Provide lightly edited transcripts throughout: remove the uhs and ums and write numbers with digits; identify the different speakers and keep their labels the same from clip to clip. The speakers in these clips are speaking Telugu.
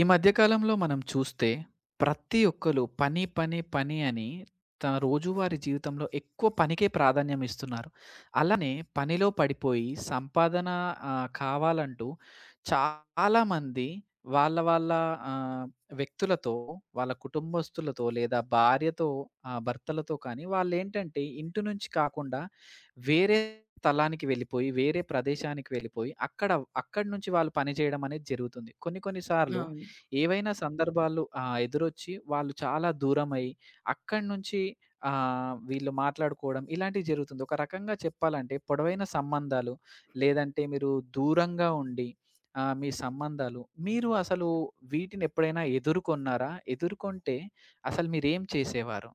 Speaker 1: ఈ మధ్య కాలంలో మనం చూస్తే ప్రతి ఒక్కరు పని, పని, పని అని తన రోజువారీ జీవితంలో ఎక్కువ పనికే ప్రాధాన్యం ఇస్తున్నారు. అలానే పనిలో పడిపోయి సంపాదన కావాలంటూ చాలామంది వాళ్ళ వాళ్ళ ఆహ్, వ్యక్తులతో, వాళ్ళ కుటుంబస్తులతో లేదా భార్యతో, భర్తలతో కానీ వాళ్ళేంటంటే ఇంటి నుంచి కాకుండా వేరే స్థలానికి వెళ్ళిపోయి, వేరే ప్రదేశానికి వెళ్ళిపోయి అక్కడ అక్కడి నుంచి వాళ్ళు పని చేయడం అనేది జరుగుతుంది. కొన్ని కొన్ని సార్లు
Speaker 2: అవును.
Speaker 1: ఏవైనా సందర్భాలు ఎదురొచ్చి వాళ్ళు చాలా దూరమై, అక్కడి నుంచి వీళ్ళు మాట్లాడుకోవడం ఇలాంటివి జరుగుతుంది. ఒక రకంగా చెప్పాలంటే పొడవైన సంబంధాలు, లేదంటే మీరు దూరంగా ఉండి మీ సంబంధాలు మీరు అసలు వీటినెప్పుడైనా ఎదుర్కొన్నారా? ఎదుర్కొంటే అసలు మీరేం చేసేవారు?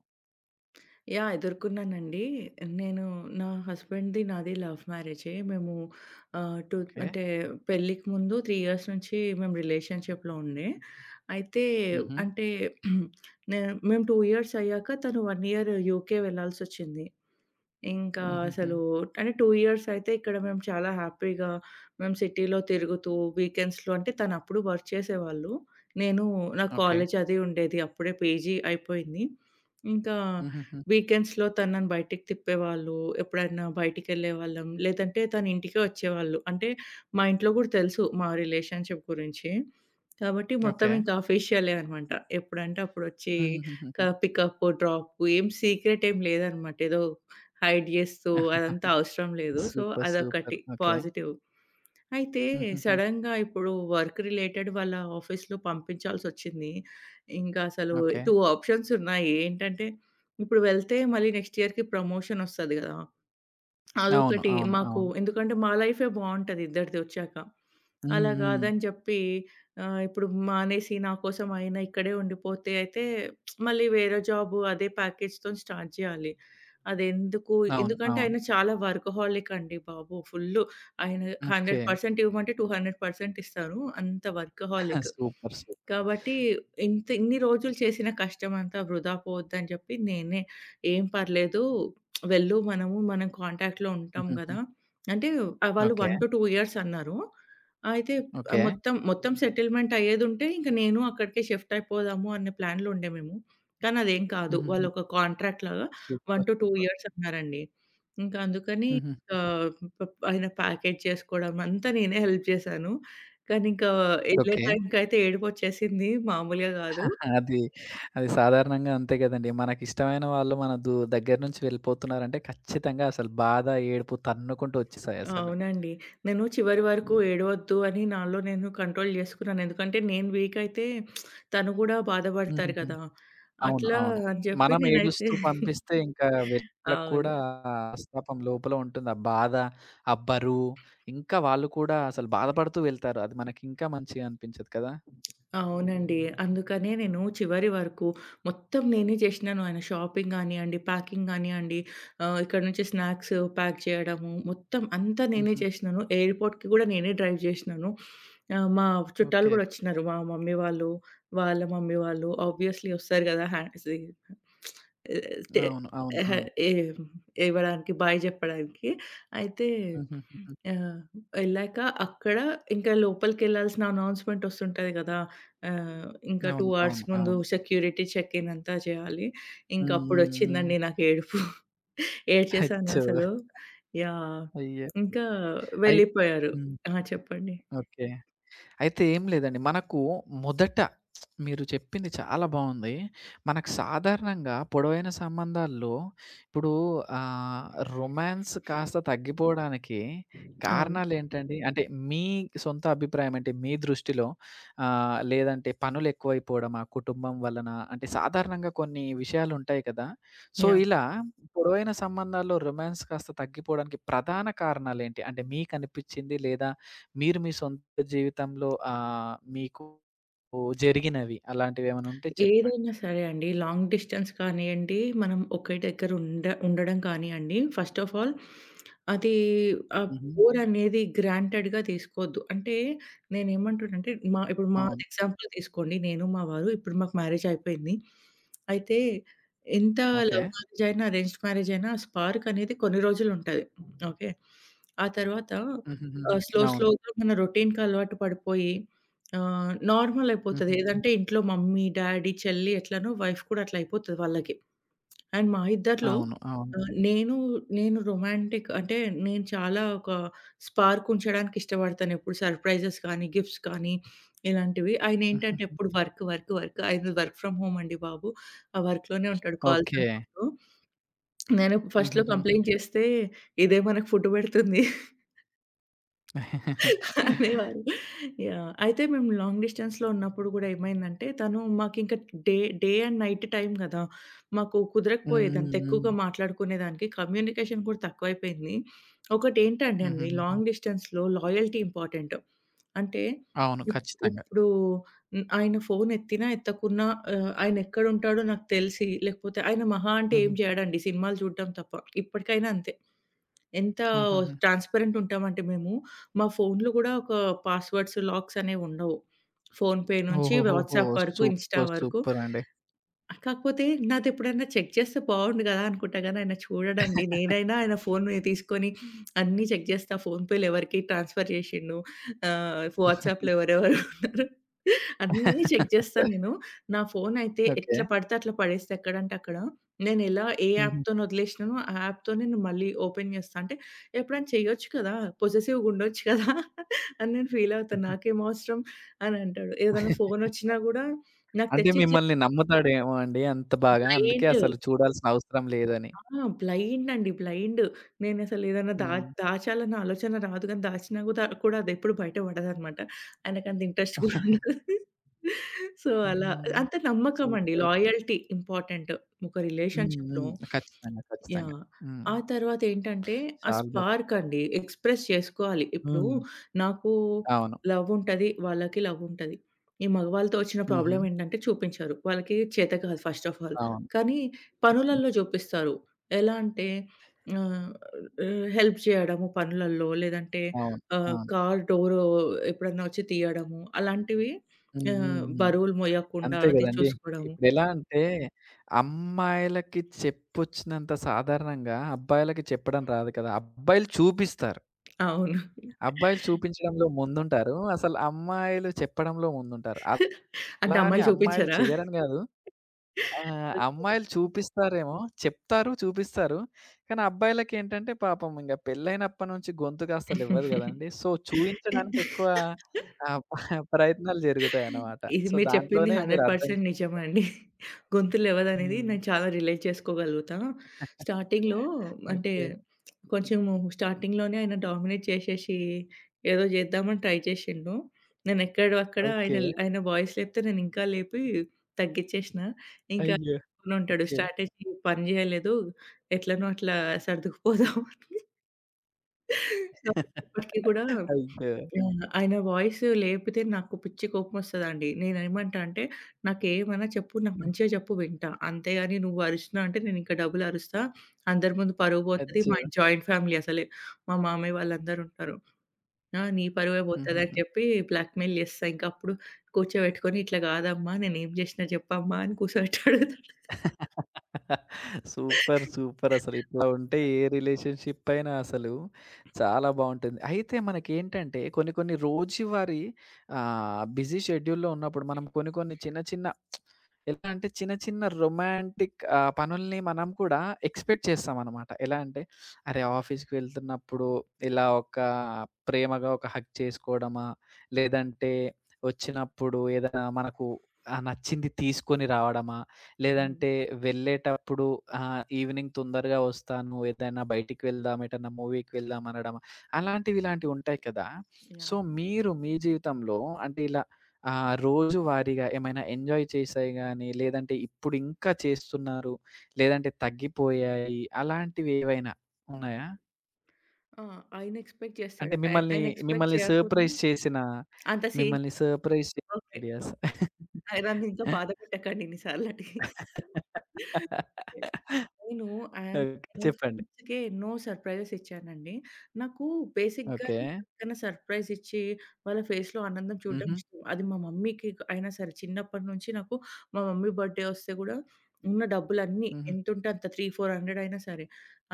Speaker 2: యాహ్! ఎదుర్కొన్నానండి. నేను నా హస్బెండ్‌ది నాది లవ్ మ్యారేజే. మేము ఆహ్, టూ
Speaker 1: ఓకే.
Speaker 2: అంటే పెళ్ళికి ముందు 3 ఇయర్స్ నుంచి మేము రిలేషన్‌షిప్‌లో ఉండే. అయితే
Speaker 1: హుహు.
Speaker 2: అంటే నే మేము 2 ఇయర్స్ అయ్యాక తను 1 ఇయర్ యూకే వెళ్ళాల్సొచ్చింది. ఇంకా
Speaker 1: హుహుహు.
Speaker 2: అసలు అంటే 2 ఇయర్స్ అయితే ఇక్కడ మేము చాలా హ్యాపీగా మేము సిటీలో తిరుగుతూ వీకెండ్స్‌లో అంటే తనప్పుడు వర్క్ చేసేవాళ్ళు. నేను నా
Speaker 1: ఓకే.
Speaker 2: కాలేజ్ అది ఉండేది. అప్పుడే పీజీ అయిపోయింది. ఇంకా
Speaker 1: హుహుహు.
Speaker 2: వీకెండ్స్‌లో తనని బయటికి తిప్పేవాళ్ళు. ఎప్పుడైనా బయటికెళ్ళేవాళ్ళం. లేదంటే తను ఇంటికే వచ్చేవాళ్ళు. అంటే మా ఇంట్లో కూడా తెలుసు మా రిలేషన్‌షిప్ గురించి. కాబట్టి మొత్తం
Speaker 1: ఓకే.
Speaker 2: ఇంకా అఫీషియలే అనమాట. ఎప్పుడంటే అప్పుడొచ్చి
Speaker 1: హుహుహుహుహు.
Speaker 2: పికప్, డ్రాప్ ఏం సీక్రెట్ ఏం లేదనమాట. ఏదో హైడ్ జేస్తూ అదంతా అవసరం లేదు. So,
Speaker 1: super. సూపర్.
Speaker 2: అదొకటి
Speaker 1: ఓకే.
Speaker 2: పాజిటివ్. అయితే
Speaker 1: హుహుహు.
Speaker 2: సడెన్‌గా ఇప్పుడు వర్క్ రిలేటెడ్ వాళ్ళ ఆఫీస్‌లో పంపించాల్సొచ్చింది. ఇంకా అసలు
Speaker 1: ఓకే.
Speaker 2: 2 ఆప్షన్స్ ఉన్నాయి. ఏంటంటే, ఇప్పుడు వెళ్తే మళ్ళీ నెక్స్ట్ ఇయర్‌కి ప్రమోషన్ ఒస్తది గదా!
Speaker 1: అవును,
Speaker 2: అదొకటి
Speaker 1: అవును,
Speaker 2: మాకు.
Speaker 1: అవును.
Speaker 2: ఎందుకంటే మా లైఫే బావుంటది ఇద్దరిదొచ్చాక.
Speaker 1: హ్మ్.
Speaker 2: అలా
Speaker 1: హ్మ్.
Speaker 2: గాదని జెప్పి ఇప్పుడు మానేసి నా కోసం ఆయన ఇక్కడే ఉండిపోతే అయితే మళ్ళీ వేరే జాబు అదే ప్యాకేజ్‌తోని స్టార్ట్ జేయాలి. అదెందుకు
Speaker 1: అవును,
Speaker 2: ఎందుకంటే
Speaker 1: అవును.
Speaker 2: ఆయన చాలా వర్కహాలిక్ అండి బాబు. ఫుల్లు ఆయన
Speaker 1: ఓకే.
Speaker 2: 100% ఇవ్వమంటే 200% ఇస్తారు. అంత వర్కహాలిక్.
Speaker 1: సూపర్. సూపర్.
Speaker 2: కాబట్టి ఇంత ఇన్ని రోజులు చేసిన కష్టమంతా వృధా పోవద్దని జెప్పి నేనే, "ఏం పర్లేదు, వెళ్ళు, మనము మనం కాంటాక్ట్‌లో ఉంటాం
Speaker 1: హుహుహు.
Speaker 2: గదా!" అంటే వాళ్ళు
Speaker 1: ఓకే.
Speaker 2: 1-2 ఇయర్స్ అన్నారు. అయితే
Speaker 1: ఓకే.
Speaker 2: మొత్తం మొత్తం సెటిల్‌మెంట్ అయ్యేదుంటే ఇంక నేను అక్కడికే షిఫ్ట్ అయిపోదాము అనే ప్లాన్‌లో ఉండే మేము. కానీ అదేం కాదు.
Speaker 1: హుహుహు.
Speaker 2: వాళ్ళు ఒక కాంట్రాక్ట్ లాగా
Speaker 1: సూపర్.
Speaker 2: 1-2
Speaker 1: సూపర్.
Speaker 2: ఇయర్స్ అన్నారండి. ఇంకా అందుకని
Speaker 1: హుహుహు.
Speaker 2: ఆహ్, ప ఆయన ప్యాకేజ్ చేసుకోవడం అంతా నేనే హెల్ప్ చేశాను. కానీ ఇంకా ఎళ్ళే
Speaker 1: ఓకే.
Speaker 2: టైంకైతే ఏడుపొచ్చేసింది మామూలుగా గాదు.
Speaker 1: అది అది సాధారణంగా అంతే గదండీ. మనకిష్టమైన వాళ్ళు మన దగ్గర నుంచి వెళ్ళిపోతున్నారంటే ఖచ్చితంగా అసలు బాధ, ఏడుపు తన్నుకుంటూ వచ్చేసాయసలు.
Speaker 2: అవునండి. నేను చివరి వరకు
Speaker 1: హ్మ్.
Speaker 2: ఏడవద్దు అని నాలో నేను కంట్రోల్ జేసుకున్నాను. ఎందుకంటే నేను వీక్ అయితే తను గూడా బాధపడతారు
Speaker 1: హుహుహు.
Speaker 2: గదా!
Speaker 1: అవును,
Speaker 2: అట్లా
Speaker 1: అవును.
Speaker 2: అని జెప్పి
Speaker 1: మనం
Speaker 2: నేనైతే
Speaker 1: ఏడుస్తూ పంపిస్తే ఇంకా వీళ్ళకి
Speaker 2: అవును.
Speaker 1: కూడా మనస్తాపం లోపల ఉంటుంది. ఆ బాధ, ఆ బరువు ఇంకా వాళ్ళు కూడా అసలు బాధపడుతూ వెళ్తారు. అది మనకింకా మంచిగా అనిపించదు కదా!
Speaker 2: అవునండి. అందుకనే నేను చివరి వరకు మొత్తం నేనే చేసినాను. ఆయన షాపింగ్ గానియండి, ప్యాకింగ్ గానియండి, ఇక్కడ నుంచి స్నాక్స్ ప్యాక్ చేయడము, మొత్తం అంతా నేనే
Speaker 1: హుహు.
Speaker 2: చేసినాను. ఎయిర్‌పోర్ట్‌కి గూడా నేనే డ్రైవ్ జేసినాను. మా చుట్టాలు
Speaker 1: ఓకే.
Speaker 2: గూడా వచ్చినారు. మా మమ్మీ వాళ్ళు, వాళ్ళ మమ్మీ వాళ్ళు ఆబ్వియస్‌లీ వస్తారు గదా! హ్యాసీ టే
Speaker 1: అవును, అవును,
Speaker 2: ఎహె
Speaker 1: అవును.
Speaker 2: ఏం ఇవ్వడానికి, బాయ్ జెప్పడానికి. అయితే
Speaker 1: హుహుహుహు.
Speaker 2: ఆహ్, ఎళ్ళాక అక్కడ ఇంకా లోపలికెళ్ళాల్సిన అనౌన్స్‌మెంట్ వస్తుంటది గదా! ఆహ్, ఇంకా 2
Speaker 1: అవును,
Speaker 2: అవర్స్
Speaker 1: అవును,
Speaker 2: ముందు
Speaker 1: అవును.
Speaker 2: సెక్యూరిటీ చెక్ ఇన్ అంతా చేయాలి.
Speaker 1: హ్మ్.
Speaker 2: ఇంకా
Speaker 1: హ్మ్. హ్మ్.
Speaker 2: అప్పుడొచ్చిందండి నాకు ఏడుపు. ఏడ్చేసాను
Speaker 1: అచ్చో!
Speaker 2: అసలు. యాహ్!
Speaker 1: అయ్యో!
Speaker 2: ఇంకా
Speaker 1: అయి
Speaker 2: వెళ్ళిపోయారు.
Speaker 1: హ్మ్.
Speaker 2: ఆ! చెప్పండి.
Speaker 1: ఓకే. అయితే ఏం లేదండి. మనకు మొదట మీరు చెప్పింది చాలా బావుంది. మనకు సాధారణంగా పొడవైన సంబంధాల్లో ఇప్పుడు ఆహ్, రొమాన్స్ కాస్త తగ్గిపోవడానికి
Speaker 2: అవును.
Speaker 1: కారణాలేంటండి? అంటే మీ సొంత అభిప్రాయం అంటే మీ దృష్టిలో లేదంటే పనులెక్కువైపోవడమా? కుటుంబం వలన? అంటే సాధారణంగా కొన్ని విషయాలుంటాయి కదా! So,
Speaker 2: yeah!
Speaker 1: ఇలా పొడవైన సంబంధాల్లో రొమాన్స్ కాస్త తగ్గిపోవడానికి ప్రధాన కారణాలేంటి? అంటే మీకనిపిచ్చింది లేదా మీరు మీ సొంత జీవితంలో మీకు జరిగినవి అలాంటివేమైనా ఉంటే చెప్పండి?
Speaker 2: ఏదైనా సరే అండి. లాంగ్ డిస్టెన్స్ కానియండి, మనం ఒకే దగ్గర ఉండడం కానియండి, ఫస్ట్ ఆఫ్ ఆల్ అది ఆ
Speaker 1: హుహు.
Speaker 2: బోర్ అనేది గ్రాంటెడ్‌గా తీసుకోవద్దు. అంటే నేనేమంటున్నానంటే, మా ఇప్పుడు
Speaker 1: అవును.
Speaker 2: మాది ఎగ్జాంపుల్ తీసుకోండి. నేను, మా వారు ఇప్పుడు మాకు మ్యారేజ్ అయిపోయింది. అయితే ఎంత
Speaker 1: ఓకే.
Speaker 2: లవ్ మ్యారేజ్ అయినా, అరేంజ్డ్ మ్యారేజ్ అయినా ఆ స్పార్క్ అనేది కొన్ని రోజులుంటది. ఓకే. ఆ తర్వాత
Speaker 1: హుహుహుహు.
Speaker 2: స్లో
Speaker 1: అవును.
Speaker 2: స్లోగా మన రొటీన్‌కి అలవాటు పడిపోయి ఆ! నార్మల్ అయిపోతది.
Speaker 1: హుహు.
Speaker 2: ఏదంటే ఇంట్లో మమ్మీ, డ్యాడీ, చెల్లి ఎట్లనో వైఫ్ కూడా అట్లా అయిపోతది వాళ్ళకి. అండ్ మా ఇద్దరిలో
Speaker 1: అవును, అవును.
Speaker 2: ఆహ్, నేను, నేను రొమాంటిక్ అంటే నేను చాలా ఒక స్పార్క్ ఉంచడానికి ఇష్టపడతాను. ఎప్పుడు సర్ప్రైజెస్ కానీ, గిఫ్ట్స్ కానీ ఇలాంటివి. ఆయనేంటంటే
Speaker 1: హుహుహు.
Speaker 2: ఎప్పుడు వర్క్, వర్క్, వర్క్, ఆయనది వర్క్ ఫ్రమ్ హోమ్ అండి బాబు. ఆ వర్క్‌లోనే ఉంటాడు కాల్స్
Speaker 1: ఓకే.
Speaker 2: అనుకుంటూ. నేను ఫస్ట్‌లో
Speaker 1: హుహుహుహు.
Speaker 2: కంప్లెయింట్ చేస్తే, "ఇదే మనకు ఫుడ్ పెడుతుంది"
Speaker 1: హ్మ్.
Speaker 2: అనేవారు. యాహ్! అయితే మేము లాంగ్ డిస్టెన్స్‌లో ఉన్నప్పుడు గూడా ఏమైందంటే, తను మాకింక day day and night time గదా! మాకు కుదరకపోయేది అంత
Speaker 1: హ్మ్. హ్మ్.
Speaker 2: ఎక్కువగా మాట్లాడుకునేదానికి. కమ్యూనికేషన్ కూడా తక్కువైపోయింది. ఒకటేంటంటే అండి,
Speaker 1: హుహుహుహు.
Speaker 2: లాంగ్ డిస్టెన్స్‌లో లాయల్టీ ఇంపార్టెంట్. అంటే
Speaker 1: అవును.
Speaker 2: ఇప్
Speaker 1: ఖచ్చితంగా.
Speaker 2: ఇప్పుడు ఆయన ఫోన్ ఎత్తినా, ఎత్తకున్నా ఆయనెక్కడుంటాడో నాకు తెలిసి, లేకపోతే ఆయన మహా అంటే ఏం
Speaker 1: హుహు.
Speaker 2: జేయడండి సినిమాలు చూడడం తప్ప. ఇప్పటికైనా అంతే. ఎంత
Speaker 1: హుహుహు.
Speaker 2: ట్రాన్స్‌పరెంట్ ఉంటామంటే మేము, మా ఫోన్‌లో గూడా ఒక పాస్‌వర్డ్స్, లాక్స్ అనేవుండవు. ఫోన్‌పే నుంచి
Speaker 1: ఓహోహోహో!
Speaker 2: వాట్సాప్ వరకు, ఇన్‌స్టా
Speaker 1: సూపర్.
Speaker 2: వరకు.
Speaker 1: సూపర్ అండి.
Speaker 2: కాకపోతే నాదెప్పుడైనా చెక్ చేస్తే బాగుండు గదా! అనుకుంటా గానీ, ఆయన చూడడండి. నేనైనా ఆయన ఫోన్ తీసుకొని అన్నీ చెక్ జేస్తా. ఫోన్‌పే‌లు ఎవరికి ట్రాన్స్‌ఫర్ జేషిండు, వాట్సాప్‌లో ఎవరెవరు ఉన్నారు, అన్నీ చెక్ జేస్తా నేను. నా ఫోనయితే
Speaker 1: ఓకే.
Speaker 2: ఎట్లా పడితే అట్లా పడేస్తా ఎక్కడంటే అక్కడ. నేనెలా ఏ
Speaker 1: హుహు.
Speaker 2: యాప్‌తోని వదిలేషినానో, ఆ యాప్‌తోనే నేను మళ్ళీ ఓపెన్ జేస్తా. అంటే ఎప్పుడైనా చెయ్యొచ్చు కదా! పొసెసివ్‌గా ఉండొచ్చు కదా! అని నేను ఫీల్ అవుతా. "నాకేం అవసరం?" అని అంటాడు. ఏదైనా ఫోనొచ్చినా గూడా నాకు
Speaker 1: అంటే
Speaker 2: తెచ్చిచ్చే
Speaker 1: మిమ్మల్ని నమ్ముతాడేమో అండి అంత బాగా. అందుకే
Speaker 2: బ్లైండ్
Speaker 1: అసలు చూడాల్సిన అవసరం లేదని.
Speaker 2: ఆ! బ్లైండ్ అండి. బ్లైండ్. నేనసలేదన్నా దా
Speaker 1: హ్మ్.
Speaker 2: దాచాలన్న ఆలోచన రాదు గానీ, దాచినా కూడా అదెప్పుడు బయట పడదనమాట. ఆయనకంత ఇంట్రెస్ట్ గూడా ఉండదు. సో, అలా
Speaker 1: హ్మ్.
Speaker 2: అంత నమ్మకమండి.
Speaker 1: సూపరసలు.
Speaker 2: లాయల్టీ ఇంపార్టెంట్ ఒక
Speaker 1: హ్మ్.
Speaker 2: రిలేషన్‌షిప్‌లో.
Speaker 1: హ్మ్. ఖచ్చితంగా, ఖచ్చితంగా.
Speaker 2: యాహ్!
Speaker 1: హ్మ్.
Speaker 2: ఆ తర్వాతేంటంటే, ఆ
Speaker 1: చాలా బా
Speaker 2: స్పార్క్ అండి. ఎక్స్‌ప్రెస్ చేసుకోవాలి. ఇప్పుడు
Speaker 1: హ్మ్.
Speaker 2: నాకు
Speaker 1: అవును.
Speaker 2: లవ్వుంటది, వాళ్ళకి లవ్వుంటది. ఈ మగవాళ్ళతో వచ్చిన
Speaker 1: హుహు.
Speaker 2: ప్రాబ్లమ్ ఏంటంటే చూపించరు. వాళ్ళకి చేత కాదు ఫస్ట్ ఆఫ్ ఆల్.
Speaker 1: అవును.
Speaker 2: కానీ
Speaker 1: హ్మ్.
Speaker 2: పనులల్లో చూపిస్తారు. ఎలా అంటే ఆహ్, హెల్ప్ చేయడము పనులల్లో, లేదంటే
Speaker 1: అవును, అవును.
Speaker 2: కార్ డోరు ఎప్పుడన్నా వచ్చి తీయడము, అలాంటివి,
Speaker 1: హ్మ్. హ్మ్. హ్మ్.
Speaker 2: బరువులు మోయకుండా
Speaker 1: అంతే
Speaker 2: అది
Speaker 1: గదండీ.
Speaker 2: చూసుకోవడము.
Speaker 1: ఇప్పుడెలా అంటే అమ్మాయిలకి చెప్పొచ్చినంత సాధారణంగా అబ్బాయిలకి చెప్పడం రాదు కదా! అబ్బాయిలు చూపిస్తారు.
Speaker 2: అవును.
Speaker 1: అబ్బాయిలు చూపించడంలో ముందుంటారు. అసలు అమ్మాయిలు చెప్పడంలో ముందుంటారు.
Speaker 2: అంటే
Speaker 1: అలా అని
Speaker 2: అమ్మాయిలు
Speaker 1: అమ్మాయిలు
Speaker 2: చూపించరా?
Speaker 1: చెయ్యరని గాదు. ఆ! అమ్మాయిలు చూపిస్తారేమో, చెప్తారు, చూపిస్తారు. కానీ అబ్బాయిలకేంటంటే పాపం ఇంగ పెళ్లైనప్పటి నుంచి గొంతు కాస్తలివ్వదు గదండీ! సో, చూయించడానికి ఎక్కువ ఆహ్, ప్రయత్నాలు జరుగుతాయన్నమాట.
Speaker 2: ఇది
Speaker 1: సో,
Speaker 2: మీరు చెప్పింది
Speaker 1: దాంట్లోనే మీరు అర్థం
Speaker 2: 100%
Speaker 1: చే
Speaker 2: నిజమండి. గొంతు లేవదనేది
Speaker 1: హ్మ్.
Speaker 2: నేను చాలా రిలేట్ చేసుకోగలుగుతా. స్టార్టింగ్‌లో అంటే
Speaker 1: ఓకే.
Speaker 2: కొంచెము స్టార్టింగ్‌లోనే ఆయన డామినేట్ చేసేసి ఏదో చేద్దామని ట్రై చేసిండు. నేను ఎక్కడో అక్కడ
Speaker 1: ఓకే.
Speaker 2: ఆయన ఆయన వాయిస్ లేపితే నేను ఇంకా లేపి తగ్గిచ్చేసిన. ఇంకా
Speaker 1: అయ్యో!
Speaker 2: అనుకుని ఉంటాడు
Speaker 1: ఓకే.
Speaker 2: స్ట్రాటజీ పని చేయలేదు. ఎట్లనో అట్లా సర్దుకుపోదాం అని. ఇప్పటికి కూడా
Speaker 1: అయ్యో!
Speaker 2: యాహ్! ఆయన వాయిస్ లేపితే నాకు పిచ్చి కోపమొస్తదండి. నేనేమంటా అంటే, "నాకేమన్నా చెప్పు, నాకు
Speaker 1: హ్మ్.
Speaker 2: మంచిగా చెప్పు, వింటా. అంతేగాని నువ్వు అరిచినావు అంటే నేనింకా డబుల్ అరుస్తా. అందరి ముందు పరువు పోతది.
Speaker 1: అచ్చో!
Speaker 2: మాది జాయింట్ ఫ్యామిలీ అసలే. మా మామయ్య వాళ్ళందరూ ఉంటారు. ఆ! నీ పరువే పోతది" అని
Speaker 1: హుహుహు.
Speaker 2: చెప్పి బ్లాక్‌మెయిల్ చేస్తా. ఇంక అప్పుడు కూర్చోబెట్టుకొని, "ఇట్లా కాదమ్మా, నేనేం చేసినా చెప్పమ్మా" అని కూర్చోబెట్టి అడుగుతాడు.
Speaker 1: సూపర్. సూపర్. అసలు ఇట్లా ఉంటే ఏ రిలేషన్‌షిప్ అయినా అసలు చాలా బావుంటుంది. అయితే మనకేంటంటే కొన్ని కొన్ని రోజువారీ బిజీ షెడ్యూల్‌లో ఉన్నప్పుడు మనం కొన్ని కొన్ని చిన్న చిన్న ఎలా అంటే చిన్న చిన్న రొమాంటిక్ పనుల్ని మనం కూడా ఎక్స్‌పెక్ట్ చేస్తామనమాట. ఎలా అంటే అరే! ఆఫీస్‌కి వెళ్తున్నప్పుడు ఇలా ఒక ప్రేమగా ఒక హగ్ చేసుకోవడమా? లేదంటే వచ్చినప్పుడు ఏదైనా మనకు నచ్చింది తీసుకొని రావడమా?
Speaker 2: హ్మ్.
Speaker 1: లేదంటే వెళ్ళేటప్పుడు ఈవినింగ్ తొందరగా వస్తాను. ఏదైనా బయటికి వెళ్దాం, ఎటన్నా మూవీకి వెళ్దాం అనడం. అలాంటివి ఇలాంటివి ఉంటాయి కదా! So,
Speaker 2: yeah!
Speaker 1: మీరు మీ జీవితంలో అంటే ఇలా రోజువారీగా ఏమైనా ఎంజాయ్ చేశాయి గాని, లేదంటే ఇప్పుడు ఇంకా చేస్తున్నారు, లేదంటే తగ్గిపోయాయి అలాంటివి ఏవైనా ఉన్నాయా?
Speaker 2: ఆ! ఆయన ఎక్స్‌పెక్ట్
Speaker 1: అంటే
Speaker 2: చేస్తాడు. ఆయన
Speaker 1: మిమ్మల్ని,
Speaker 2: ఆయన ఎక్స్‌పెక్ట్
Speaker 1: మిమ్మల్ని
Speaker 2: చేయకున్నా
Speaker 1: సర్ప్రైజ్ చేసిన,
Speaker 2: అంత సీన్
Speaker 1: మిమ్మల్ని సర్ప్రైజ్ చేసిన
Speaker 2: ఓకే.
Speaker 1: ఐడియాస్?
Speaker 2: ఆయన నన్ను ఇంకా బాధ పెట్టకండి ఇన్ని సార్లని. నేను ఆహ్,
Speaker 1: ఓకే.
Speaker 2: నేను
Speaker 1: చెప్పండి.
Speaker 2: ఫ్రెండ్స్‌కే ఎన్నో సర్‌ప్రైజెస్ ఇచ్చానండి. నాకు
Speaker 1: ఓకే.
Speaker 2: బేసిక్‌గానే ఎవరికైనా సర్‌ప్రైజ్ ఇచ్చి, వాళ్ళ ఫేస్‌లో ఆనందం చూడడం
Speaker 1: హుహు.
Speaker 2: ఇష్టం. అది మా మమ్మీకి అయినా సరే, చిన్నప్పటి నుంచి నాకు మా మమ్మీ బర్త్‌డే వస్తే గూడా ఉన్న డబ్బులన్నీ
Speaker 1: హుహు.
Speaker 2: ఎంతుంటే అంత 3, 400 అయినా సరే,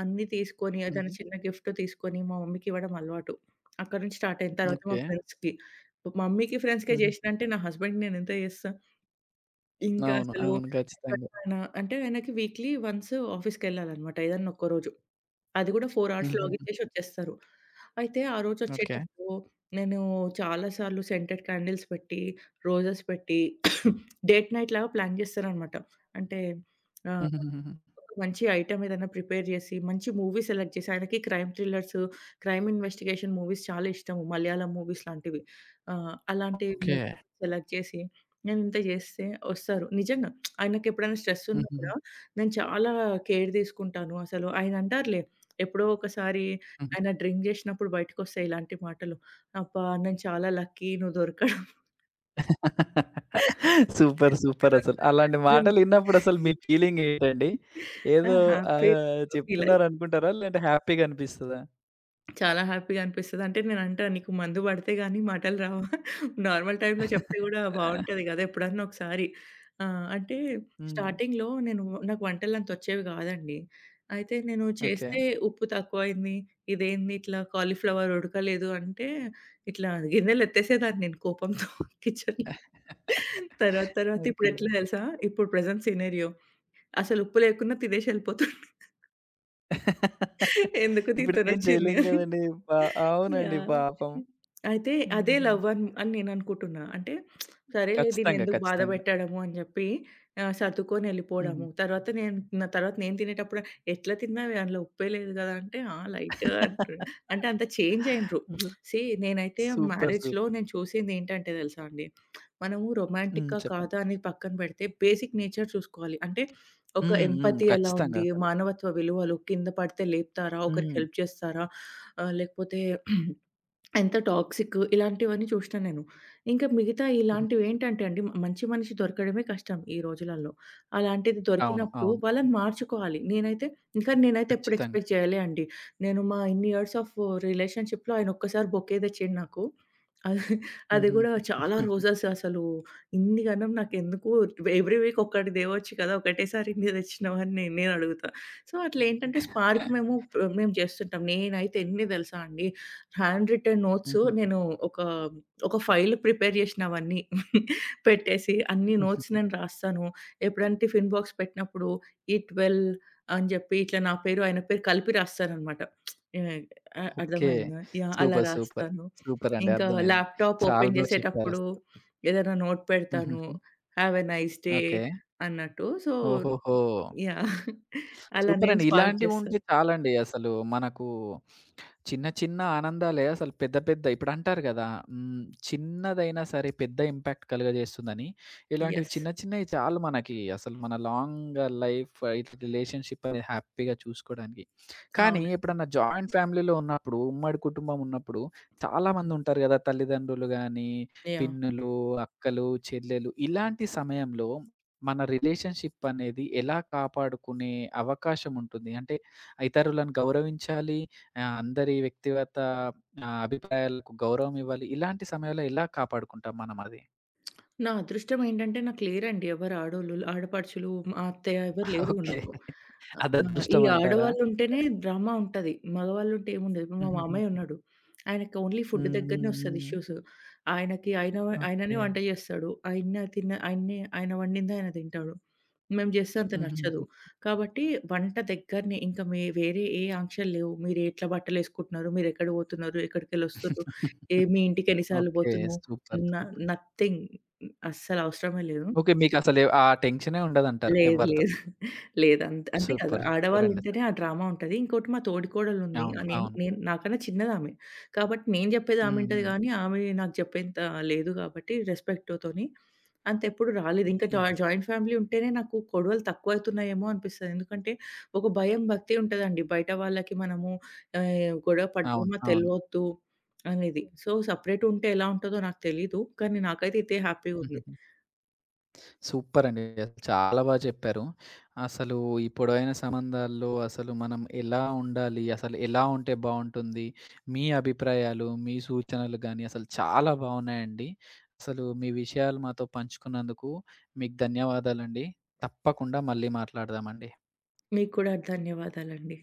Speaker 2: అన్నీ తీసుకొని
Speaker 1: హుహు.
Speaker 2: ఏదైనా చిన్న గిఫ్ట్ తీసుకొని మా మమ్మీకి ఇవ్వడం అలవాటు. అక్కడి నుంచి స్టార్ట్ అయింది. తర్వాత మా
Speaker 1: ఓకే.
Speaker 2: ఫ్రెండ్స్‌కి. మమ్మీకి, ఫ్రెండ్స్‌కే
Speaker 1: హుహుహు.
Speaker 2: చేసినంటే నా హస్బెండ్‌కి నేనెంత చేస్తా? ఇంకా
Speaker 1: అవును,
Speaker 2: అసలు
Speaker 1: అవును. ఖచ్చితంగా.
Speaker 2: ఎప్పుడైనా అంటే ఆయనకి వీక్లీ వన్స్ ఆఫీస్‌కెళ్ళాలనమాట ఏదన్నా ఒక్కరోజు. అది కూడా 4 అవర్స్ లాగిన్
Speaker 1: హుహుహు.
Speaker 2: చేసి వచ్చేస్తారు. అయితే ఆ
Speaker 1: ఓకే.
Speaker 2: రోజొచ్చేటప్పుడు నేను చాలా సార్లు సెంటెడ్ క్యాండిల్స్ పెట్టి, రోజెస్ పెట్టి డేట్ నైట్ లాగా ప్లాన్ చేస్తాననమాట. అంటే ఆహ్
Speaker 1: హుహుహుహు.
Speaker 2: ఒక మంచి ఐటెమ్ ఏదైనా ప్రిపేర్ జేసి, మంచి మూవీ సెలెక్ట్ జేసి, ఆయనకి crime thrillers, crime investigation movies చాలా ఇష్టము. మలయాళం మూవీస్ లాంటివి. అలాంటి
Speaker 1: ఓకే.
Speaker 2: మూవీ సెలెక్ట్ చేసి, నేనింత జేస్తే ఒస్తారు. నిజంగా ఆయనకెప్పుడైనా స్ట్రెస్ ఉన్నా
Speaker 1: హుహుహు.
Speaker 2: గూడా నేను చాలా కేర్ తీసుకుంటాను. అసలు ఆయన అంటారులే ఎప్పుడో ఒకసారి
Speaker 1: హ్మ్.
Speaker 2: ఆయన డ్రింక్ జేసినప్పుడు బయటకొస్తాయి ఇలాంటి మాటలు. "అబ్బా! నేను చాలా లక్కీ నువ్వు దొరకడం."
Speaker 1: సూపర్. సూపర్ అసలు. అలాంటి
Speaker 2: నేను
Speaker 1: మాటలు ఇన్నప్పుడసలు మీ ఫీలింగ్ ఏంటండి?
Speaker 2: ఆ!
Speaker 1: ఏదో
Speaker 2: హ్యాపీ
Speaker 1: ఆహ్,
Speaker 2: ఫీల్
Speaker 1: చెప్తున్నారనుకుంటారా? లేదంటే హ్యాపీగా అనిపిస్తదా?
Speaker 2: చాలా హ్యాపీగా అనిపిస్తది. అంటే నేనంటా, "నీకు మందు పడితే గాని మాటలు రావా? నార్మల్ టైమ్‌లో చెప్తే గూడా బావుంటది గదా!" ఎప్పుడన్నా ఒకసారి. అంటే
Speaker 1: హ్మ్.
Speaker 2: స్టార్టింగ్‌లో నేను, నాకు వంటలంత వచ్చేవి గాదండి. అయితే నేను
Speaker 1: ఓకే.
Speaker 2: చేస్తే ఉప్పు తక్కువయింది, ఇదేంది ఇట్లా కాలీఫ్లవర్ ఉడకలేదు అంటే ఇట్లా గిన్నెలెత్తేసేదాన్ని నేను కోపంతో కిచెన్‌లో. తర్వాత తర్వాత
Speaker 1: ఓకే.
Speaker 2: ఇప్పుడెట్లా తెలుసా? ఇప్పుడు ప్రెజెంట్ సినారియో అసలు ఉప్పు లేకున్నా తినేసి ఎళ్ళిపోతున్నా. ఎందుకు
Speaker 1: ఇప్పుడేం
Speaker 2: దీంతోనొచ్చింది
Speaker 1: చేయలేం
Speaker 2: అని.
Speaker 1: గదండీ! పా అవునండి
Speaker 2: యాహ్!
Speaker 1: పాపం.
Speaker 2: అయితే అదే
Speaker 1: హుహుహు.
Speaker 2: లవ్ అన్ అని నేననుకుంటున్నా. అంటే సరేలే
Speaker 1: ఖచ్చితంగా,
Speaker 2: దీన్నెందుకు బాధ
Speaker 1: ఖచ్చితంగా.
Speaker 2: పెట్టడము అని జెప్పి సర్దుకొని
Speaker 1: హుహు.
Speaker 2: ఎళ్ళిపోవడము. తర్వాత నేను తినేటప్పుడు, "ఎట్లా తిన్నావే అందులో ఉప్పే లేదు గదా!" అంటే, "ఆ! లైట్‌గా" అంటుండు. అంటే అంత చేంజ్ అయిండ్రు. సీ నేనైతే
Speaker 1: సూపర్.
Speaker 2: మ్యారేజ్‌లో
Speaker 1: సూపర్.
Speaker 2: నేను చూసిందేంటంటే తెలుసా అండి, మనము
Speaker 1: హ్మ్.
Speaker 2: రొమాంటికా
Speaker 1: చెప్పండి.
Speaker 2: కాదా అనేది పక్కన పెడితే బేసిక్ నేచర్ చూసుకోవాలి. అంటే ఒక
Speaker 1: హ్మ్. హ్మ్.
Speaker 2: ఎంపతి ఎలా
Speaker 1: ఖచ్చితంగా
Speaker 2: ఉంది?
Speaker 1: అసలు.
Speaker 2: మానవత్వ విలువలు కింద పడితే లేపుతారా? ఒకరికి
Speaker 1: హ్మ్.
Speaker 2: హెల్ప్ చేస్తారా? లేకపోతే ఎంత టాక్సిక్, ఇలాంటివన్నీ చూసినా నేను. ఇంకా మిగతా
Speaker 1: హ్మ్.
Speaker 2: ఇలాంటివేంటంటే అండి, మంచి మనిషి దొరకడమే కష్టం ఈ రోజులల్లో. అలాంటిది
Speaker 1: అవును,
Speaker 2: దొరికినప్పుడు
Speaker 1: అవును.
Speaker 2: వాళ్ళని మార్చుకోవాలి. నేనైతే ఎప్పుడు
Speaker 1: ఖచ్చితంగా.
Speaker 2: ఎక్స్‌పెక్ట్ చేయలే అండి. నేను ఇన్ని ఇయర్స్ ఆఫ్ రిలేషన్‌షిప్‌లో ఆయన ఒక్కసారి బొకే తెచ్చిండు నాకు. అది అది
Speaker 1: హుహు.
Speaker 2: గూడా చాలా రోజెస్ అసలు. ఇన్ని గనం నాకెందుకు, ఎవ్రీ వీక్ ఒక్కటి తేవచ్చు కదా! ఒకటేసారి ఇన్ని తెచ్చినావని నేను అడుగుతా. సో, అట్లేంటంటే స్పార్క్ మేము మేము చేస్తుంటాం. నేనైతే ఎన్ని తెలుసా అండి, హ్యాండ్ రిటెన్ నోట్స్
Speaker 1: హుహు.
Speaker 2: నేను ఒక, ఒక ఫైల్ ప్రిపేర్ చేసిన అవన్నీ. పెట్టేసి అన్ని నోట్స్ నేను రాస్తాను. ఎప్పుడైనా టిఫిన్ బాక్స్ పెట్టినప్పుడు "ఈట్ వెల్" అని చెప్పి ఇట్లా నా పేరు, ఆయన పేరు కలిపి రాస్తాననమాట. అ
Speaker 1: ఓకే.
Speaker 2: అర్థమైందా? యాహ్! అలా
Speaker 1: సూపర్. సూపర్.
Speaker 2: రాస్తాను.
Speaker 1: సూపర్ అండి.
Speaker 2: ఇంకా
Speaker 1: అర్థమైంది.
Speaker 2: ల్యాప్‌టాప్
Speaker 1: చాలా
Speaker 2: ఓపెన్
Speaker 1: బా
Speaker 2: చేసేటప్పుడు
Speaker 1: చెప్పారసలు.
Speaker 2: ఏదైనా నోట్ పెడతాను,
Speaker 1: హుహుహు.
Speaker 2: "Have a nice day"
Speaker 1: okay.
Speaker 2: అన్నట్టు. సో,
Speaker 1: ఓహోహో!
Speaker 2: యాహ్! అలా
Speaker 1: సూపర్
Speaker 2: నేను
Speaker 1: అండి.
Speaker 2: స్పార్క్
Speaker 1: ఇలాంటివుంటే
Speaker 2: చేస్తాను.
Speaker 1: చాలండి అసలు మనకు చిన్న చిన్న ఆనందాలే అసలు పెద్ద పెద్ద ఇప్పుడంటారు గదా! హ్మ్. చిన్నదైనా సరే పెద్ద ఇంపాక్ట్ కలుగజేస్తుందని. ఇలాంటివి
Speaker 2: యెస్.
Speaker 1: చిన్న చిన్నవి చాలు మనకి అసలు మన లాంగ్ లైఫ్ ఇట్లా రిలేషన్‌షిప్ అనేది హ్యాపీగా చూసుకోవడానికి. కానీ
Speaker 2: అవును.
Speaker 1: ఎప్పుడన్నా జాయింట్ ఫ్యామిలీలో ఉన్నప్పుడు, ఉమ్మడి కుటుంబం ఉన్నప్పుడు
Speaker 2: హ్మ్.
Speaker 1: చాలామందుంటారు గదా! తల్లిదండ్రులు గానీ,
Speaker 2: యాహ్!
Speaker 1: పిన్నులు, అక్కలు, చెల్లెలు ఇలాంటి సమయంలో మన రిలేషన్‌షిప్ అనేది ఎలా కాపాడుకునే అవకాశం ఉంటుంది? అంటే ఇతరులను గౌరవించాలి ఆ! అందరి వ్యక్తిగత అభిప్రాయాలకు గౌరవం ఇవ్వాలి. ఇలాంటి సమయంలో ఎలా కాపాడుకుంటాం మనం అది?
Speaker 2: నా అదృష్టం ఏంటంటే నాకు లేరండి, ఎవరు ఆడోళ్ళు, ఆడపడుచులు, మా అత్తయ్య ఎవరు లేరు
Speaker 1: ఓకే.
Speaker 2: నాకు. ఆహ్,
Speaker 1: అది
Speaker 2: ఆ! ఈ
Speaker 1: అదృష్టం అంటారా?
Speaker 2: ఆడవాళ్ళుంటేనే డ్రామా ఉంటది. మగవాళ్ళుంటే ఏముండదు. ఇప్పుడు మా
Speaker 1: హుహుహు.
Speaker 2: మామయ్య ఉన్నాడు. ఆయనకి ఓన్లీ ఫుడ్
Speaker 1: హ్మ్. హ్మ్.
Speaker 2: దగ్గరనే వస్తది
Speaker 1: హ్మ్.
Speaker 2: ఇష్యూస్. ఆయనకి
Speaker 1: ఓకే.
Speaker 2: ఆయననే వంట చేస్తాడు. ఆయన వండిందే ఆయన తింటాడు. మేము చేస్తే అంత నచ్చదు.
Speaker 1: హుహుహు.
Speaker 2: కాబట్టి వంట దగ్గరనే ఇంకా వేరే ఏ ఆంక్షలు లేవు. మీరు ఎట్లా బట్టలేసుకుంటున్నారు? మీరు ఎక్కడికి పోతున్నారు? ఎక్కడికెళ్ళొస్తుర్రు? ఏ, మీ ఇంటికి ఎన్ని సార్లు
Speaker 1: ఓకే.
Speaker 2: పోతున్నావు?
Speaker 1: సూపర్.
Speaker 2: న
Speaker 1: సూపర్.
Speaker 2: నథింగ్. అస్సలవసరమే లేదు.
Speaker 1: ఓకే. మీకసలు ఆ టెన్షనే ఉండదంటారు
Speaker 2: లేదు.
Speaker 1: ఎవరితో.
Speaker 2: లేదు. లేదు. అంతే కదా!
Speaker 1: సూపర్. సూపర్ అండి అసలు.
Speaker 2: ఆడవాళ్ళుంటేనే ఆ డ్రామా ఉంటది. ఇంకోటి మా తోడికోడలుంది.
Speaker 1: అవును,
Speaker 2: నేను
Speaker 1: అవును.
Speaker 2: నేను నాకన్నా చిన్నదామె. కాబట్టి నేను జెప్పేది
Speaker 1: హ్మ్.
Speaker 2: ఆమింటది
Speaker 1: హ్మ్.
Speaker 2: గానీ, ఆమె నాకు జెప్పేంత లేదు. గాబట్టి రెస్పెక్ట్‌తోని అంతెప్పుడు రాలేదు. ఇంకా
Speaker 1: హ్మ్.
Speaker 2: జాయింట్ ఫ్యామిలీ ఉంటేనే నాకు గొడవలు తక్కువవుతున్నాయేమో అనిపిస్తది. ఎందుకంటే ఒక భయం, భక్తి ఉంటదండి. బయట వాళ్ళకి మనము గొడవ
Speaker 1: అవును,
Speaker 2: పడ్డామా
Speaker 1: అవును.
Speaker 2: తెలవద్దు అనేది. సో, సెపరేటుంటే ఎలా ఉంటదో నాకు తెలీదు. కానీ నాకైతే ఇదే హ్యాపీగుంది.
Speaker 1: హుహుహు. సూపరండి. చాలా బా చెప్పారు. అసలు ఈ పొడవైన సంబంధాల్లో అసలు మనం ఎలా ఉండాలి? అసలు ఎలా ఉంటే బావుంటుంది? మీ అభిప్రాయాలు, మీ సూచనలు గానీ అసలు చాలా బావున్నాయండి. అసలు మీ విషయాలు మాతో పంచుకున్నందుకు మీకు ధన్యవాదాలండి. తప్పకుండా మళ్ళీ మాట్లాడదామండి.
Speaker 2: మీకు కూడా ధన్యవాదాలండి.